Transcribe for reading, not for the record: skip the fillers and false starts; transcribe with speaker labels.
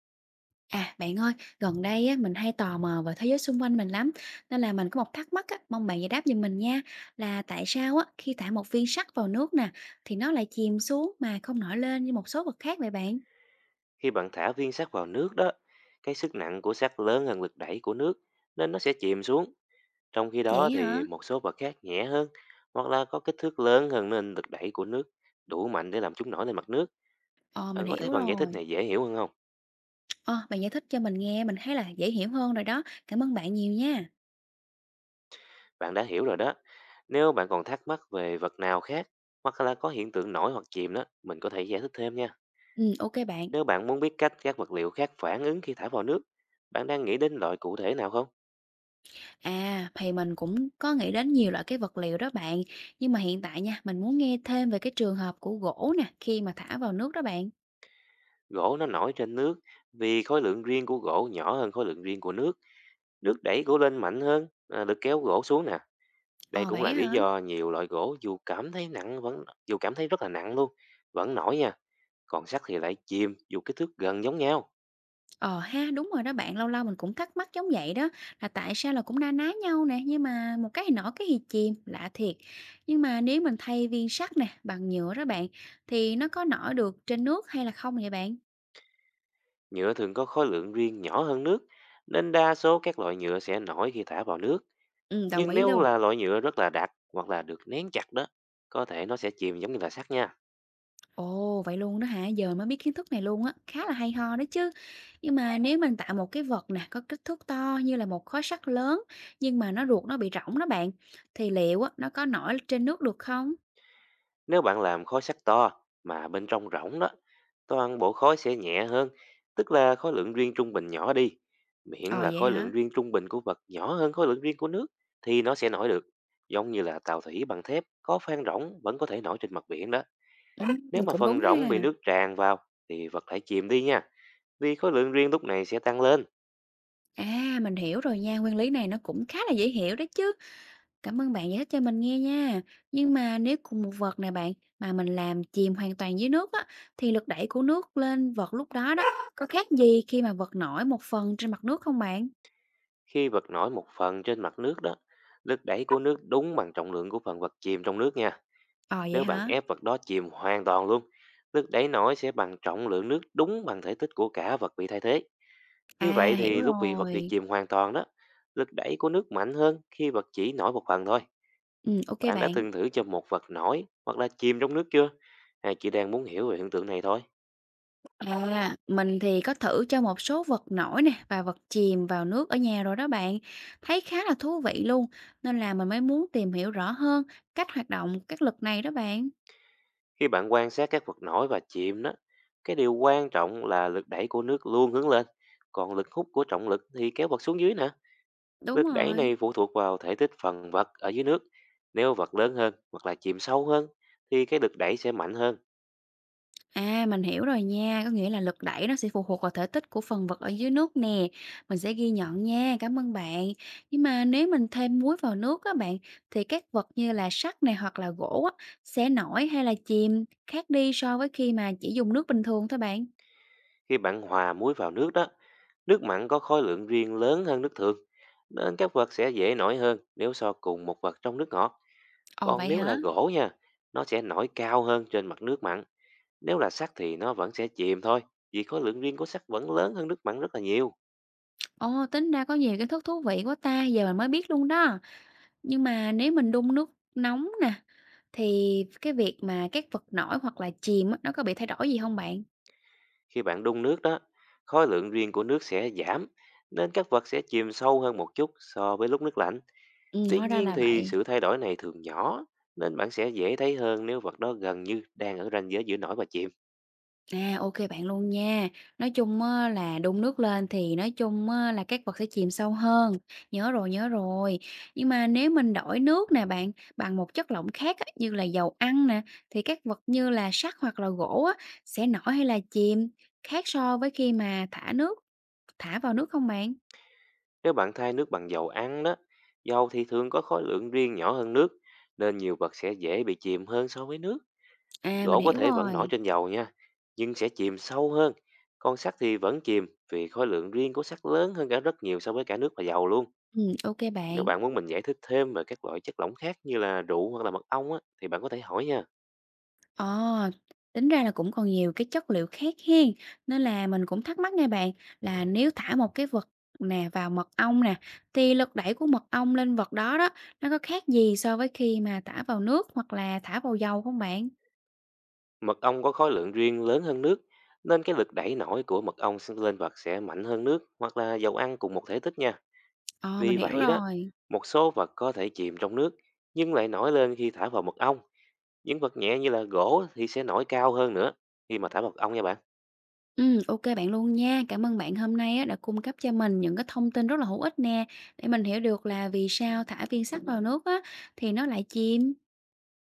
Speaker 1: À, bạn ơi, gần đây á, mình hay tò mò về thế giới xung quanh mình lắm, nên là mình có một thắc mắc á, mong bạn giải đáp giùm mình nha, là tại sao á, khi thả một viên sắt vào nước nè, thì nó lại chìm xuống mà không nổi lên như một số vật khác vậy bạn?
Speaker 2: Khi bạn thả viên sắt vào nước đó, cái sức nặng của sắt lớn hơn lực đẩy của nước nên nó sẽ chìm xuống. Trong khi đó
Speaker 1: Vậy hả?
Speaker 2: thì một số vật khác nhẹ hơn hoặc là có kích thước lớn hơn nên lực đẩy của nước đủ mạnh để làm chúng nổi lên mặt nước.
Speaker 1: Ờ, mình
Speaker 2: Bạn có thấy
Speaker 1: hiểu
Speaker 2: phần giải thích
Speaker 1: rồi.
Speaker 2: này dễ hiểu hơn không?
Speaker 1: Ờ, bạn giải thích cho mình nghe, mình thấy là dễ hiểu hơn rồi đó. Cảm ơn bạn nhiều nha.
Speaker 2: Bạn đã hiểu rồi đó. Nếu bạn còn thắc mắc về vật nào khác hoặc là có hiện tượng nổi hoặc chìm đó, mình có thể giải thích thêm nha.
Speaker 1: Ừ, ok bạn.
Speaker 2: Nếu bạn muốn biết cách các vật liệu khác phản ứng khi thả vào nước, bạn đang nghĩ đến loại cụ thể nào không?
Speaker 1: À, thì mình cũng có nghĩ đến nhiều loại cái vật liệu đó bạn, nhưng mà hiện tại nha, mình muốn nghe thêm về cái trường hợp của gỗ nè, khi mà thả vào nước đó bạn.
Speaker 2: Gỗ nó nổi trên nước vì khối lượng riêng của gỗ nhỏ hơn khối lượng riêng của nước. Nước đẩy gỗ lên mạnh hơn, à, lực kéo gỗ xuống nè. Đây
Speaker 1: Ờ,
Speaker 2: cũng là
Speaker 1: vậy
Speaker 2: lý
Speaker 1: hả?
Speaker 2: do nhiều loại gỗ dù cảm thấy rất là nặng luôn, vẫn nổi nha. Còn sắt thì lại chìm dù kích thước gần giống nhau.
Speaker 1: Ờ ha, đúng rồi đó bạn, lâu lâu mình cũng thắc mắc giống vậy đó, là tại sao là cũng na ná nhau nè, nhưng mà một cái thì nổi cái thì chìm, lạ thiệt. Nhưng mà nếu mình thay viên sắt nè, bằng nhựa đó bạn, thì nó có nổi được trên nước hay là không vậy bạn?
Speaker 2: Nhựa thường có khối lượng riêng nhỏ hơn nước nên đa số các loại nhựa sẽ nổi khi thả vào nước.
Speaker 1: Ừ, đồng
Speaker 2: Nhưng
Speaker 1: ý
Speaker 2: nếu
Speaker 1: luôn.
Speaker 2: là loại nhựa rất là đặc hoặc là được nén chặt đó, có thể nó sẽ chìm giống như là sắt nha.
Speaker 1: Ồ, vậy luôn đó hả? Giờ mới biết kiến thức này luôn á, khá là hay ho đó chứ. Nhưng mà nếu mình tạo một cái vật nè, có kích thước to như là một khối sắt lớn, nhưng mà ruột nó bị rỗng đó bạn, thì liệu á, nó có nổi trên nước được không?
Speaker 2: Nếu bạn làm khối sắt to mà bên trong rỗng đó, toàn bộ khối sẽ nhẹ hơn, tức là khối lượng riêng trung bình nhỏ đi. Miễn
Speaker 1: Ờ
Speaker 2: là
Speaker 1: vậy
Speaker 2: khối lượng
Speaker 1: hả?
Speaker 2: riêng trung bình của vật nhỏ hơn khối lượng riêng của nước thì nó sẽ nổi được. Giống như là tàu thủy bằng thép có phan rỗng vẫn có thể nổi trên mặt biển đó.
Speaker 1: Ừ,
Speaker 2: Nếu mà
Speaker 1: cũng đúng
Speaker 2: phần rỗng bị
Speaker 1: ha.
Speaker 2: nước tràn vào thì vật thể chìm đi nha. Vì khối lượng riêng lúc này sẽ tăng lên.
Speaker 1: À, mình hiểu rồi nha, nguyên lý này nó cũng khá là dễ hiểu đấy chứ. Cảm ơn bạn giải thích cho mình nghe nha. Nhưng mà nếu cùng một vật này bạn mà mình làm chìm hoàn toàn dưới nước á thì lực đẩy của nước lên vật lúc đó đó có khác gì khi mà vật nổi một phần trên mặt nước không bạn?
Speaker 2: Khi vật nổi một phần trên mặt nước đó, lực đẩy của nước đúng bằng trọng lượng của phần vật chìm trong nước nha.
Speaker 1: Ờ vậy
Speaker 2: Nếu bạn
Speaker 1: hả?
Speaker 2: ép vật đó chìm hoàn toàn luôn, nước đáy nổi sẽ bằng trọng lượng nước đúng bằng thể tích của cả vật bị thay thế. Như
Speaker 1: À,
Speaker 2: vậy
Speaker 1: hiểu
Speaker 2: thì lúc vật bị
Speaker 1: rồi.
Speaker 2: chìm hoàn toàn đó, lực đẩy của nước mạnh hơn khi vật chỉ nổi một phần thôi.
Speaker 1: Ừ, ok
Speaker 2: Bạn đã
Speaker 1: bạn.
Speaker 2: từng thử cho một vật nổi hoặc là chìm trong nước chưa? Hay chỉ đang muốn hiểu về hiện tượng này thôi?
Speaker 1: À, mình thì có thử cho một số vật nổi nè và vật chìm vào nước ở nhà rồi đó bạn. Thấy khá là thú vị luôn, nên là mình mới muốn tìm hiểu rõ hơn cách hoạt động các lực này đó bạn.
Speaker 2: Khi bạn quan sát các vật nổi và chìm đó, cái điều quan trọng là lực đẩy của nước luôn hướng lên, còn lực hút của trọng lực thì kéo vật xuống dưới nè.
Speaker 1: Đúng
Speaker 2: Nước đáy
Speaker 1: rồi.
Speaker 2: này phụ thuộc vào thể tích phần vật ở dưới nước. Nếu vật lớn hơn hoặc là chìm sâu hơn thì cái lực đẩy sẽ mạnh hơn.
Speaker 1: À, mình hiểu rồi nha, có nghĩa là lực đẩy nó sẽ phụ thuộc vào thể tích của phần vật ở dưới nước nè. Mình sẽ ghi nhận nha, cảm ơn bạn. Nhưng mà nếu mình thêm muối vào nước á bạn, thì các vật như là sắt này hoặc là gỗ á, sẽ nổi hay là chìm khác đi so với khi mà chỉ dùng nước bình thường thôi bạn.
Speaker 2: Khi bạn hòa muối vào nước đó, nước mặn có khối lượng riêng lớn hơn nước thường nên các vật sẽ dễ nổi hơn nếu so cùng một vật trong nước ngọt.
Speaker 1: Ồ
Speaker 2: Còn
Speaker 1: vậy
Speaker 2: nếu là
Speaker 1: hả?
Speaker 2: gỗ nha, nó sẽ nổi cao hơn trên mặt nước mặn. Nếu là sắt thì nó vẫn sẽ chìm thôi vì khối lượng riêng của sắt vẫn lớn hơn nước mặn rất là nhiều.
Speaker 1: Ồ, tính ra có nhiều kiến thức thú vị quá ta, giờ mình mới biết luôn đó. Nhưng mà nếu mình đun nước nóng nè, thì cái việc mà các vật nổi hoặc là chìm á, nó có bị thay đổi gì không bạn?
Speaker 2: Khi bạn đun nước đó, khối lượng riêng của nước sẽ giảm, nên các vật sẽ chìm sâu hơn một chút so với lúc nước lạnh. Tuy
Speaker 1: Hóa ra
Speaker 2: nhiên
Speaker 1: là
Speaker 2: thì
Speaker 1: vậy.
Speaker 2: sự thay đổi này thường nhỏ, nên bạn sẽ dễ thấy hơn nếu vật đó gần như đang ở ranh giới giữa nổi và chìm.
Speaker 1: À, ok bạn luôn nha. Nói chung á là đun nước lên thì nói chung á là các vật sẽ chìm sâu hơn. Nhớ rồi, nhớ rồi. Nhưng mà nếu mình đổi nước nè bạn, bằng một chất lỏng khác á, như là dầu ăn nè, thì các vật như là sắt hoặc là gỗ á, sẽ nổi hay là chìm, khác so với khi mà thả vào nước không bạn?
Speaker 2: Nếu bạn thay nước bằng dầu ăn đó, dầu thì thường có khối lượng riêng nhỏ hơn nước, nên nhiều vật sẽ dễ bị chìm hơn so với nước.
Speaker 1: À, mình
Speaker 2: Gỗ có
Speaker 1: hiểu
Speaker 2: thể vẫn nổi
Speaker 1: rồi.
Speaker 2: trên dầu nha, nhưng sẽ chìm sâu hơn. Còn sắt thì vẫn chìm vì khối lượng riêng của sắt lớn hơn cả rất nhiều so với cả nước và dầu luôn.
Speaker 1: Ô
Speaker 2: Nếu
Speaker 1: bạn.
Speaker 2: bạn muốn mình giải thích thêm về các loại chất lỏng khác như là rượu hoặc là mật ong á, thì bạn có thể hỏi nha.
Speaker 1: Ờ, tính ra là cũng còn nhiều cái chất liệu khác hen, nên là mình cũng thắc mắc nha bạn, là nếu thả một cái vật vào mật ong nè, thì lực đẩy của mật ong lên vật đó đó, nó có khác gì so với khi mà thả vào nước hoặc là thả vào dầu không bạn?
Speaker 2: Mật ong có khối lượng riêng lớn hơn nước, nên cái lực đẩy nổi của mật ong sẽ- lên vật sẽ mạnh hơn nước hoặc là dầu ăn cùng một thể tích nha.
Speaker 1: Ờ, mình
Speaker 2: Vì
Speaker 1: hiểu
Speaker 2: vậy đó,
Speaker 1: rồi.
Speaker 2: một số vật có thể chìm trong nước nhưng lại nổi lên khi thả vào mật ong. Những vật nhẹ như là gỗ thì sẽ nổi cao hơn nữa khi mà thả mật ong nha bạn.
Speaker 1: Ok bạn luôn nha. Cảm ơn bạn hôm nay á đã cung cấp cho mình những cái thông tin rất là hữu ích nè, để mình hiểu được là vì sao thả viên sắt vào nước á thì nó lại chìm.